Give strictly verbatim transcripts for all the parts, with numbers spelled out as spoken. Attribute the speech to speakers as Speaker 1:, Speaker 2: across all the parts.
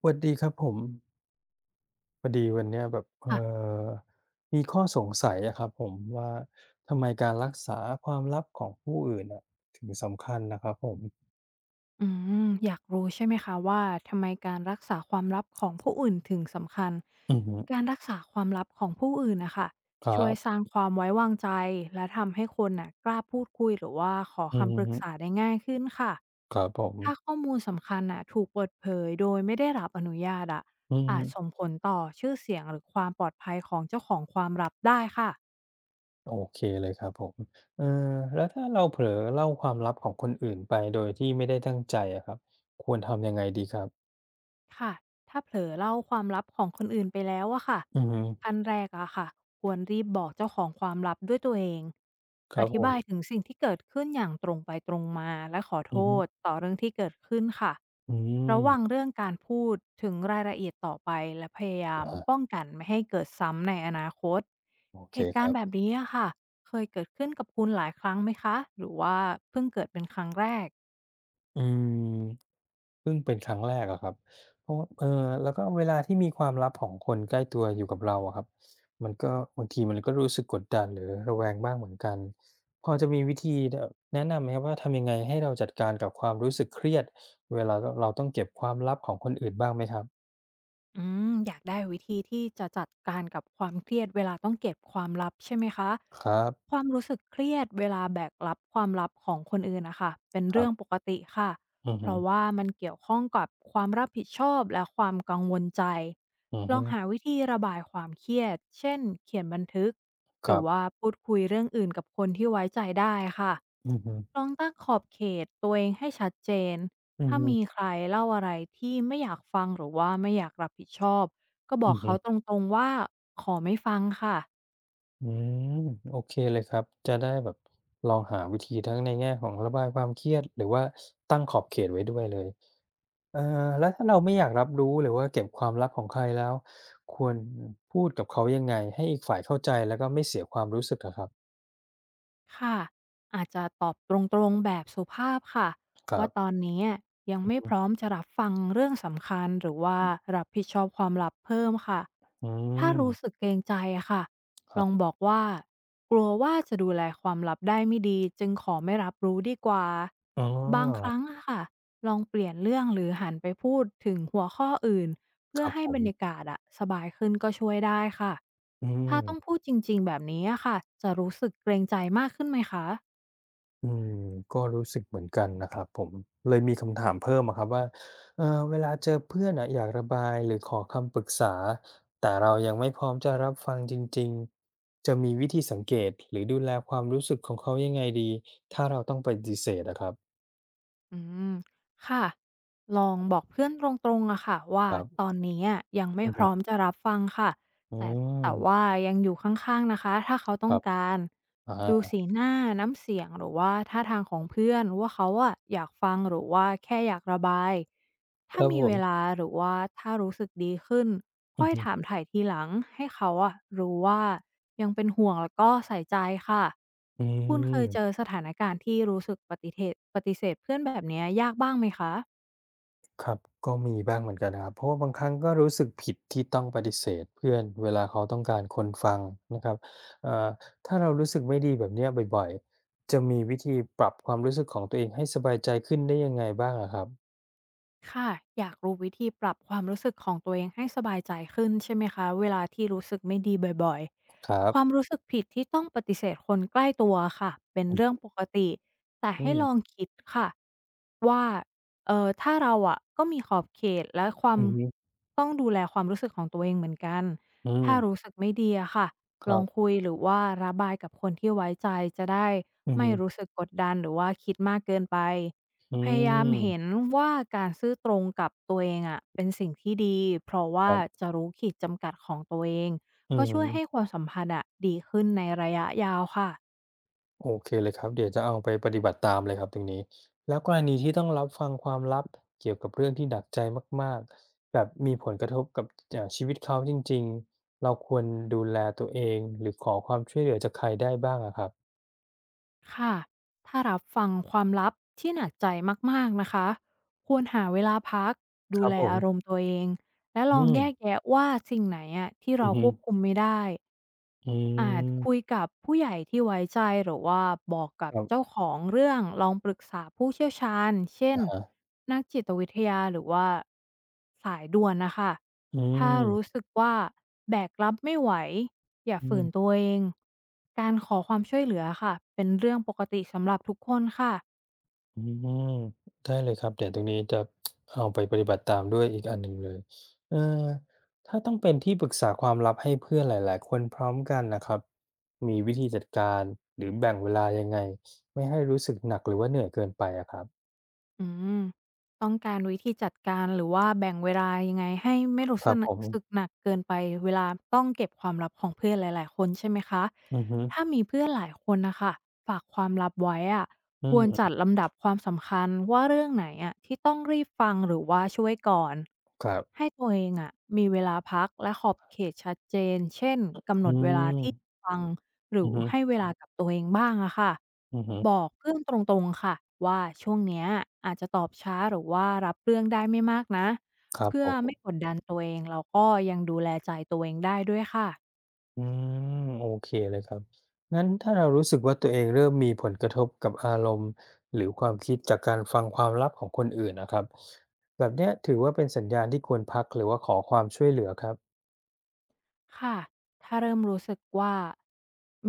Speaker 1: สวัสดีครับผมพอดีวันเนี้ยแบบเอ่อ
Speaker 2: ค่ะ
Speaker 1: มีข้อสงสัยอะครับผมว่าทำไมการรักษาความลับของผู้อื่นอะถึงสำคัญนะครับผม
Speaker 2: อืมอยากรู้ใช่ไหมคะว่าทำไมการรักษาความลับของผู้อื่นถึงสำคัญ
Speaker 1: อือฮึ
Speaker 2: การรักษาความลับของผู้อื่นนะคะ
Speaker 1: ครั
Speaker 2: ช่วยส
Speaker 1: บ
Speaker 2: ร้างความไว้วางใจและทำให้คนน่ะกล้าพูดคุยหรือว่าขอ
Speaker 1: อือ
Speaker 2: คำปรึก
Speaker 1: ฮึ
Speaker 2: ษาได้ง่ายขึ้นค่ะ
Speaker 1: ครับผม
Speaker 2: ถ้าข้อมูลสำคัญน่ะถูกเปิดเผยโดยไม่ได้รับอนุญาตอะ
Speaker 1: อืม
Speaker 2: อาจส่งผลต่อชื่อเสียงหรือความปลอดภัยของเจ้าของความลับได้ค่ะ
Speaker 1: โอเคเลยครับผมเอ่อแล้วถ้าเราเผลอเล่าความลับของคนอื่นไปโดยที่ไม่ได้ตั้งใจอะครับควรทำยังไงดีครับ
Speaker 2: ค่ะถ้าเผลอเล่าความลับของคนอื่นไปแล้วอะค่ะ
Speaker 1: อือฮึ
Speaker 2: ขั้นแรกอะค่ะควรรีบบอกเจ้าของความลับด้วยตัวเอง
Speaker 1: ค
Speaker 2: อ
Speaker 1: รับผ
Speaker 2: ธิบายถึ
Speaker 1: ม
Speaker 2: งสิ่งที่เกิดขึ้นอย่างตรงไปตรงมาและขอโท
Speaker 1: อือฮึ
Speaker 2: ษต่อเรื่องที่เกิดขึ้นค่ะ
Speaker 1: อืม
Speaker 2: ระวังเรื่องการพูดถึงรายละเอียดต่อไปและพยายา
Speaker 1: อะ
Speaker 2: ม
Speaker 1: ฮะ
Speaker 2: ป้องกันไม่ให้เกิดซ้ำในอนาคต
Speaker 1: โอเค
Speaker 2: เหตุ
Speaker 1: ค
Speaker 2: การ
Speaker 1: รั
Speaker 2: ณ์แบบ
Speaker 1: บ
Speaker 2: นี้อะค่ะเคยเกิดขึ้นกับคุณหลายครั้งไหมคะหรือว่าเพิ่งเกิดเป็นครั้งแรก
Speaker 1: อืม เพิ่งเป็นครั้งแรกอะครับเพราะเออแล้วก็เวลาที่มีความลับของคนใกล้ตัวอยู่กับเราอะครับมันก็บางทีมันก็รู้สึกกดดันหรือระแวงบ้างเหมือนกันพอจะมีวิธีเอ่อแนะนำไหมครับว่าทำยังไงให้เราจัดการกับความรู้สึกเครียดเวลารเราต้องเก็บความลับของคนอื่นบ้างไหมครับ
Speaker 2: อืมอยากได้วิธีที่จะจัดการกับความเครียดเวลาต้องเก็บความลับใช่ไหมคะ
Speaker 1: ครั
Speaker 2: ค
Speaker 1: บ
Speaker 2: วามรู้สึกเครียดเวลาแบกรับความลับของคนอื่นนะคะเป็น
Speaker 1: ครั
Speaker 2: เรื่องป
Speaker 1: บ
Speaker 2: กติค่ะ
Speaker 1: อือ
Speaker 2: เพ
Speaker 1: ฮึ
Speaker 2: ราะว่ามันเกี่ยวข้องกับความรับผิดชอบและความกังวลใจ
Speaker 1: อือ
Speaker 2: ล
Speaker 1: ฮึ
Speaker 2: องหาวิธีระบายความเครียดเช่นเขียนบันทึก
Speaker 1: ค
Speaker 2: หรื
Speaker 1: รั
Speaker 2: อว่า
Speaker 1: บ
Speaker 2: พูดคุยเรื่องอื่นกับคนที่ไว้ใจได้ค่ะ
Speaker 1: อือฮึ
Speaker 2: ลองตั้งขอบเขตตัวเองให้ชัดเจน
Speaker 1: อือ
Speaker 2: ถ้ามี
Speaker 1: ฮึ
Speaker 2: ใครเล่าอะไรที่ไม่อยากฟังหรือว่าไม่อยากรับผิดชอบก็บ
Speaker 1: อื
Speaker 2: อ
Speaker 1: อ
Speaker 2: ก
Speaker 1: ฮึ
Speaker 2: เขาตรงๆว่าขอไม่ฟังค่ะ
Speaker 1: อืมโอเคเลยครับจะได้แบบลองหาวิธีทั้งในแง่ของระบายความเครียดหรือว่าตั้งขอบเขตไว้ด้วยเลย เออแล้วถ้าเราไม่อยากรับรู้หรือว่าเก็บความลับของใครแล้วควรพูดกับเขายังไงให้อีกฝ่ายเข้าใจแล้วก็ไม่เสียความรู้สึกอะครับ
Speaker 2: ค่ะอาจจะตอบตรงๆแบบสุภาพค่ะ
Speaker 1: ครั
Speaker 2: ว่าต
Speaker 1: บ
Speaker 2: อนนี้ยังไม่พร้อมจะรับฟังเรื่องสำคัญหรือว่ารับผิดชอบความลับเพิ่มค่ะ
Speaker 1: อื
Speaker 2: ถ้ารู้สึ
Speaker 1: ม
Speaker 2: กเกรงใจอะค่ะ
Speaker 1: ค
Speaker 2: ล
Speaker 1: รั
Speaker 2: องบ
Speaker 1: บ
Speaker 2: อกว่ากลัวว่าจะดูแลความลับได้ไม่ดีจึงขอไม่รับรู้ดีกว่า
Speaker 1: อ๋
Speaker 2: บางค
Speaker 1: อ
Speaker 2: รั้งอะค่ะลองเปลี่ยนเรื่องหรือหันไปพูดถึงหัวข้ออื่น
Speaker 1: ค
Speaker 2: เพื่อ
Speaker 1: รับ
Speaker 2: ให้
Speaker 1: ผ
Speaker 2: บ
Speaker 1: ม
Speaker 2: รรยากาศอะสบายขึ้นก็ช่วยได้ค่ะ
Speaker 1: อื
Speaker 2: ถ้าต้อ
Speaker 1: ม
Speaker 2: งพูดจริงๆแบบนี้อะค่ะจะรู้สึกเกรงใจมากขึ้นไหมคะ
Speaker 1: อืมก็รู้สึกเหมือนกันนะครับผมเลยมีคำถามเพิ่มอะครับว่าเออเวลาเจอเพื่อนอะอยากระบายหรือขอคำปรึกษาแต่เรายังไม่พร้อมจะรับฟังจริงๆจะมีวิธีสังเกตหรือดูแลความรู้สึกของเขายังไงดีถ้าเราต้องปฏิเสธอะครับ
Speaker 2: อืมค่ะ ลองบอกเพื่อนตรงๆอะค่ะว่า
Speaker 1: ครั
Speaker 2: ต
Speaker 1: บ
Speaker 2: อนนี้อะยังไม่
Speaker 1: อือ
Speaker 2: พ
Speaker 1: ฮึ
Speaker 2: ร้อมจะรับฟังค่ะ
Speaker 1: อื
Speaker 2: แต่
Speaker 1: ม
Speaker 2: แต่ว่ายังอยู่ข้างๆนะคะถ้าเขา
Speaker 1: ค
Speaker 2: ต้อ
Speaker 1: รั
Speaker 2: ง
Speaker 1: บ
Speaker 2: การดู
Speaker 1: อา
Speaker 2: สีหน้าน้ำเสียงหรือว่าท่าทางของเพื่อนว่าเขาอะอยากฟังหรือว่าแค่อยากระบาย
Speaker 1: ค
Speaker 2: ถ้า
Speaker 1: รับ
Speaker 2: มี
Speaker 1: ผ
Speaker 2: เว
Speaker 1: ม
Speaker 2: ลาหรือว่าถ้ารู้สึกดีขึ้น
Speaker 1: อื
Speaker 2: ค่
Speaker 1: อ
Speaker 2: อย
Speaker 1: ฮึ
Speaker 2: ถามถ่ายทีหลังให้เขาอะรู้ว่ายังเป็นห่วงแล้วก็ใส่ใจค่ะ
Speaker 1: อื
Speaker 2: คุณเคยเจอ
Speaker 1: ม
Speaker 2: สถานการณ์ที่รู้สึกปฏิเศปฏิเสธเพื่อนแบบเนี้ยยากบ้างไหมคะ
Speaker 1: ครับ ก็มีบ้างเหมือนกันนะครับเพราะว่าบางครั้งก็รู้สึกผิดที่ต้องปฏิเสธเพื่อนเวลาเขาต้องการคนฟังนะครับเอ่อถ้าเรารู้สึกไม่ดีแบบเนี้ยบ่อยๆ จะมีวิธีปรับความรู้สึกของตัวเองให้สบายใจขึ้นได้ยังไงบ้างอะครับ
Speaker 2: ค่ะอยากรู้วิธีปรับความรู้สึกของตัวเองให้สบายใจขึ้นใช่ไหมคะเวลาที่รู้สึกไม่ดีบ่อย
Speaker 1: ครั
Speaker 2: ๆความ
Speaker 1: บ
Speaker 2: รู้สึกผิดที่ต้องปฏิเสธคนใกล้ตัวค่ะเป็นเรื่อง
Speaker 1: อืม
Speaker 2: ปกติแต่
Speaker 1: อื
Speaker 2: ให้
Speaker 1: ม
Speaker 2: ลองคิดค่ะว่าเออถ้าเราอะก็มีขอบเขตและควา
Speaker 1: อื
Speaker 2: ม
Speaker 1: อฮึ
Speaker 2: ต้องดูแลความรู้สึกของตัวเองเหมือนกัน
Speaker 1: อื
Speaker 2: ถ้า
Speaker 1: ม
Speaker 2: รู้สึกไม่ดีอะค่ะ
Speaker 1: ค
Speaker 2: ล
Speaker 1: รั
Speaker 2: อง
Speaker 1: บ
Speaker 2: คุยหรือว่าระบายกับคนที่ไว้ใจจะได้
Speaker 1: อือ
Speaker 2: ไม่
Speaker 1: ฮึ
Speaker 2: รู้สึกกดดันหรือว่าคิดมากเกินไป
Speaker 1: อื
Speaker 2: พยายามเห็น
Speaker 1: ม
Speaker 2: ว่าการซื่อตรงกับตัวเองอะเป็นสิ่งที่ดีเพราะ
Speaker 1: ค
Speaker 2: ว่า
Speaker 1: รับ
Speaker 2: จะรู้ขีดจำกัดของตัวเอง
Speaker 1: อือ
Speaker 2: ก็
Speaker 1: ฮึ
Speaker 2: ช่วยให้ความสัมพันธ์อะดีขึ้นในระยะยาวค่ะ
Speaker 1: โอเคเลยครับเดี๋ยวจะเอาไปปฏิบัติตามเลยครับตรงนี้แล้วกรณีที่ต้องรับฟังความลับเกี่ยวกับเรื่องที่หนักใจมากๆแบบมีผลกระทบกับเอ่อชีวิตเขาจริงๆเราควรดูแลตัวเองหรือขอความช่วยเหลือจากใครได้บ้างอะครับ
Speaker 2: ค่ะถ้ารับฟังความลับที่หนักใจมากๆนะคะควรหาเวลาพัก
Speaker 1: ค
Speaker 2: ดู
Speaker 1: รับ
Speaker 2: แล
Speaker 1: ผ
Speaker 2: อารม
Speaker 1: ม
Speaker 2: ณ์ตัวเองและล
Speaker 1: อื
Speaker 2: อง
Speaker 1: ม
Speaker 2: แยกแยะว่าสิ่งไหนอะที่
Speaker 1: อื
Speaker 2: เรา
Speaker 1: อฮึ
Speaker 2: ควบคุมไม่ได้
Speaker 1: อื
Speaker 2: อาจ
Speaker 1: ม
Speaker 2: คุยกับผู้ใหญ่ที่ไว้ใจหรือว่าบอกกับ
Speaker 1: ครั
Speaker 2: เจ้า
Speaker 1: บ
Speaker 2: ของเรื่องลองปรึกษาผู้เชี่ยวชาญเช่น
Speaker 1: อะฮะ
Speaker 2: นักจิตวิทยาหรือว่าสายด่วนนะคะ
Speaker 1: อื
Speaker 2: ถ้ารู้
Speaker 1: ม
Speaker 2: สึกว่าแบกรับไม่ไหวอย่า
Speaker 1: อื
Speaker 2: ฝืน
Speaker 1: ม
Speaker 2: ตัวเองการขอความช่วยเหลือค่ะเป็นเรื่องปกติสำหรับทุกคนค่ะ
Speaker 1: อืมได้เลยครับเดี๋ยวตรงนี้จะเอาไปปฏิบัติตามด้วยอีกอันหนึ่งเลยเออถ้าต้องเป็นที่ปรึกษาความลับให้เพื่อนหลายๆคนพร้อมกันน่ะครับมีวิธีจัดการหรือแบ่งเวลายังไงไม่ให้รู้สึกหนักหรือว่าเหนื่อยเกินไปอะครับ
Speaker 2: อืมต้องการวิธีจัดการหรือว่าแบ่งเวลายังไงให้ไม่รู้
Speaker 1: ค
Speaker 2: ส
Speaker 1: รับ
Speaker 2: กหน
Speaker 1: ผ
Speaker 2: ก
Speaker 1: ม
Speaker 2: สึกหนักเกินไปเวลาต้องเก็บความลับของเพื่อนหลายๆคนใช่ไหมคะ
Speaker 1: อือฮึ
Speaker 2: ถ้ามีเพื่อนหลายคนนะคะฝากความลับไว้อะ
Speaker 1: อื
Speaker 2: ควรจัด
Speaker 1: ม
Speaker 2: ลำดับความสำคัญว่าเรื่องไหนอะที่ต้องรีบฟังหรือว่าช่วยก่อน
Speaker 1: ครับ
Speaker 2: ให้ตัวเองอะมีเวลาพักและขอบเขตชัดเจนเช่นกำห
Speaker 1: อื
Speaker 2: นดเวลาที่
Speaker 1: ม
Speaker 2: ฟัง หรื
Speaker 1: อื
Speaker 2: อ
Speaker 1: อฮึ
Speaker 2: ให้เวลากับตัวเองบ้างอะค่ะ
Speaker 1: อือฮึ
Speaker 2: บอกเพื่อนตรงๆค่ะว่าช่วงเนี้ยอาจจะตอบช้าหรือว่ารับเรื่องได้ไม่มากนะ
Speaker 1: ครับ
Speaker 2: เพื่
Speaker 1: ผ
Speaker 2: อไม่
Speaker 1: ม
Speaker 2: กดดันตัวเองแล้วก็ยังดูแลใจตัวเองได้ด้วยค่ะ
Speaker 1: อืมโอเคเลยครับงั้นถ้าเรารู้สึกว่าตัวเองเริ่มมีผลกระทบกับอารมณ์หรือความคิดจากการฟังความลับของคนอื่นนะครับแบบเนี้ยถือว่าเป็นสัญญาณที่ควรพักหรือว่าขอความช่วยเหลือครับ
Speaker 2: ค่ะ ถ้าเริ่มรู้สึกว่า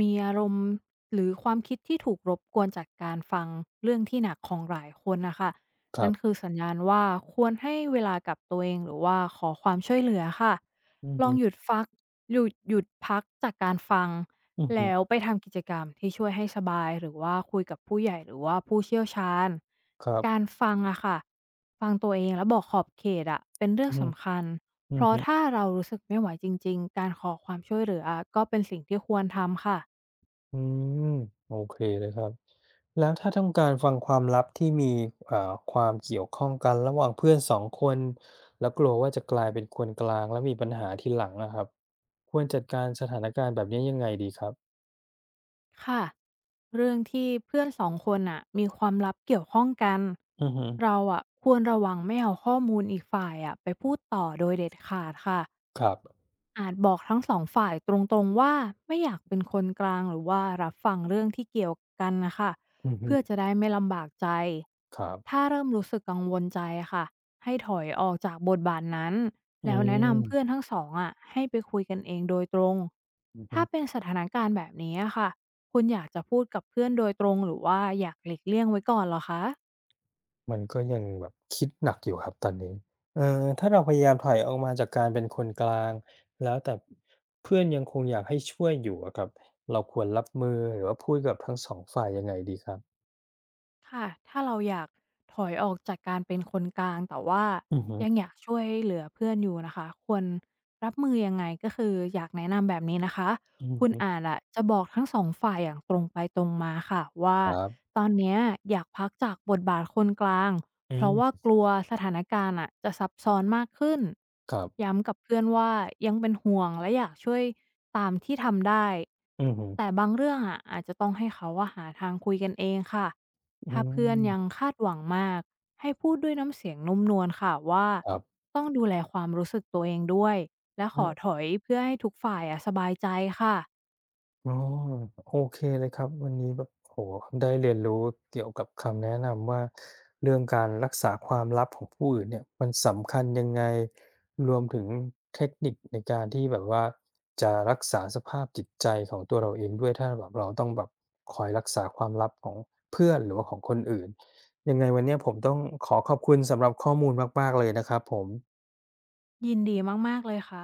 Speaker 2: มีอารมณ์หรือความคิดที่ถูกรบกวนจากการฟังเรื่องที่หนักของหลายคนน่ะค่ะ
Speaker 1: ครั
Speaker 2: นั่น
Speaker 1: บ
Speaker 2: คือสัญญาณว่าควรให้เวลากับตัวเองหรือว่าขอความช่วยเหลือค่ะ
Speaker 1: อืม
Speaker 2: ลอ
Speaker 1: ฮึ
Speaker 2: งหยุดฟักหยุดหยุดพักจากการฟัง
Speaker 1: อืมฮึ
Speaker 2: แล้วไปทำกิจกรรมที่ช่วยให้สบายหรือว่าคุยกับผู้ใหญ่หรือว่าผู้เชี่ยวชาญ
Speaker 1: ครั
Speaker 2: การ
Speaker 1: บ
Speaker 2: ฟังอะค่ะฟังตัวเองแล้วบอกขอบเขตอะเป็นเรื่อ
Speaker 1: อื
Speaker 2: ง
Speaker 1: ม
Speaker 2: สำคัญ
Speaker 1: อื
Speaker 2: เพ
Speaker 1: ม
Speaker 2: ราะถ้าเรารู้สึกไม่ไหวจริงๆ การขอความช่วยเหลือก็เป็นสิ่งที่ควรทำค่ะ
Speaker 1: อืมโอเคเลยครับแล้วถ้าต้องการฟังความลับที่มีเอ่อความเกี่ยวข้องกันระหว่างเพื่อนสองคนแล้วกลัวว่าจะกลายเป็นคนกลางแล้วมีปัญหาทีหลังนะครับควรจัดการสถานการณ์แบบนี้ยังไงดีครับ
Speaker 2: ค่ะเรื่องที่เพื่อนสองคนน่ะมีความลับเกี่ยวข้องกัน
Speaker 1: อือฮึ
Speaker 2: เราอะควรระวังไม่เอาข้อมูลอีกฝ่ายอะไปพูดต่อโดยเด็ดขาดค่ะ
Speaker 1: ครับ
Speaker 2: อาจบอกทั้งสองฝ่ายตรงๆว่าไม่อยากเป็นคนกลางหรือว่ารับฟังเรื่องที่เกี่ยวกันนะค่ะ
Speaker 1: อือฮึ
Speaker 2: เพื่อจะได้ไม่ลำบากใจ
Speaker 1: ครับ
Speaker 2: ถ้าเริ่มรู้สึกกังวลใจอะค่ะให้ถอยออกจากบทบาทนั้น
Speaker 1: อื
Speaker 2: แล้วแนะ
Speaker 1: ม
Speaker 2: นำเพื่อนทั้งสองอ่ะให้ไปคุยกันเองโดยตรง
Speaker 1: อือฮึ
Speaker 2: ถ้าเป็นสถานการณ์แบบนี้อะค่ะคุณอยากจะพูดกับเพื่อนโดยตรงหรือว่าอยากหลีกเลี่ยงไว้ก่อนเหรอคะ
Speaker 1: มันก็ยังแบบคิดหนักอยู่ครับตอนนี้เอ่อถ้าเราพยายามถอยออกมาจากการเป็นคนกลางแล้วแต่เพื่อนยังคงอยากให้ช่วยอยู่อะครับเราควรรับมือหรือว่าพูดกับทั้งสองฝ่ายยังไงดีครับ
Speaker 2: ค่ะถ้าเราอยากถอยออกจากการเป็นคนกลางแต่ว่า
Speaker 1: อือฮึ
Speaker 2: ยังอยากช่วยเหลือเพื่อนอยู่นะคะควรรับมือยังไงก็คืออยากแนะนำแบบนี้นะคะ
Speaker 1: อือ
Speaker 2: คุณ
Speaker 1: ฮึ
Speaker 2: อาจอะจะบอกทั้งสองฝ่ายอย่างตรงไปตรงมาค่ะว่า
Speaker 1: ครับ
Speaker 2: ตอนเนี้ยอยากพักจากบทบาทคนกลาง
Speaker 1: อื
Speaker 2: เพราะว่า
Speaker 1: ม
Speaker 2: กลัวสถานการณ์อะจะซับซ้อนมากขึ้น
Speaker 1: ครับ
Speaker 2: ย้ำกับเพื่อนว่ายังเป็นห่วงและอยากช่วยตามที่ทำได้
Speaker 1: อือฮึ
Speaker 2: แต่บางเรื่องอะอาจจะต้องให้เขาอะหาทางคุยกันเองค่ะ
Speaker 1: อื
Speaker 2: ถ้าเพื่อนยัง
Speaker 1: ม
Speaker 2: คาดหวังมากให้พูดด้วยน้ำเสียงนุ่มนวลค่ะว่า
Speaker 1: ครับ
Speaker 2: ต้องดูแลความรู้สึกตัวเองด้วยและขอถอยเพื่อให้ทุกฝ่ายอะสบายใจค่ะ
Speaker 1: อ๋อโอเคเลยครับวันนี้แบบโอ้โฮได้เรียนรู้เกี่ยวกับคำแนะนำว่าเรื่องการรักษาความลับของผู้อื่นเนี่ยมันสำคัญยังไงรวมถึงเทคนิคในการที่แบบว่าจะรักษาสภาพจิตใจของตัวเราเองด้วยถ้าแบบเราต้องแบบคอยรักษาความลับของเพื่อนหรือว่าของคนอื่นยังไงวันเนี้ยผมต้องขอขอบคุณสำหรับข้อมูลมากๆเลยนะครับผม
Speaker 2: ยินดีมากๆเลยค่ะ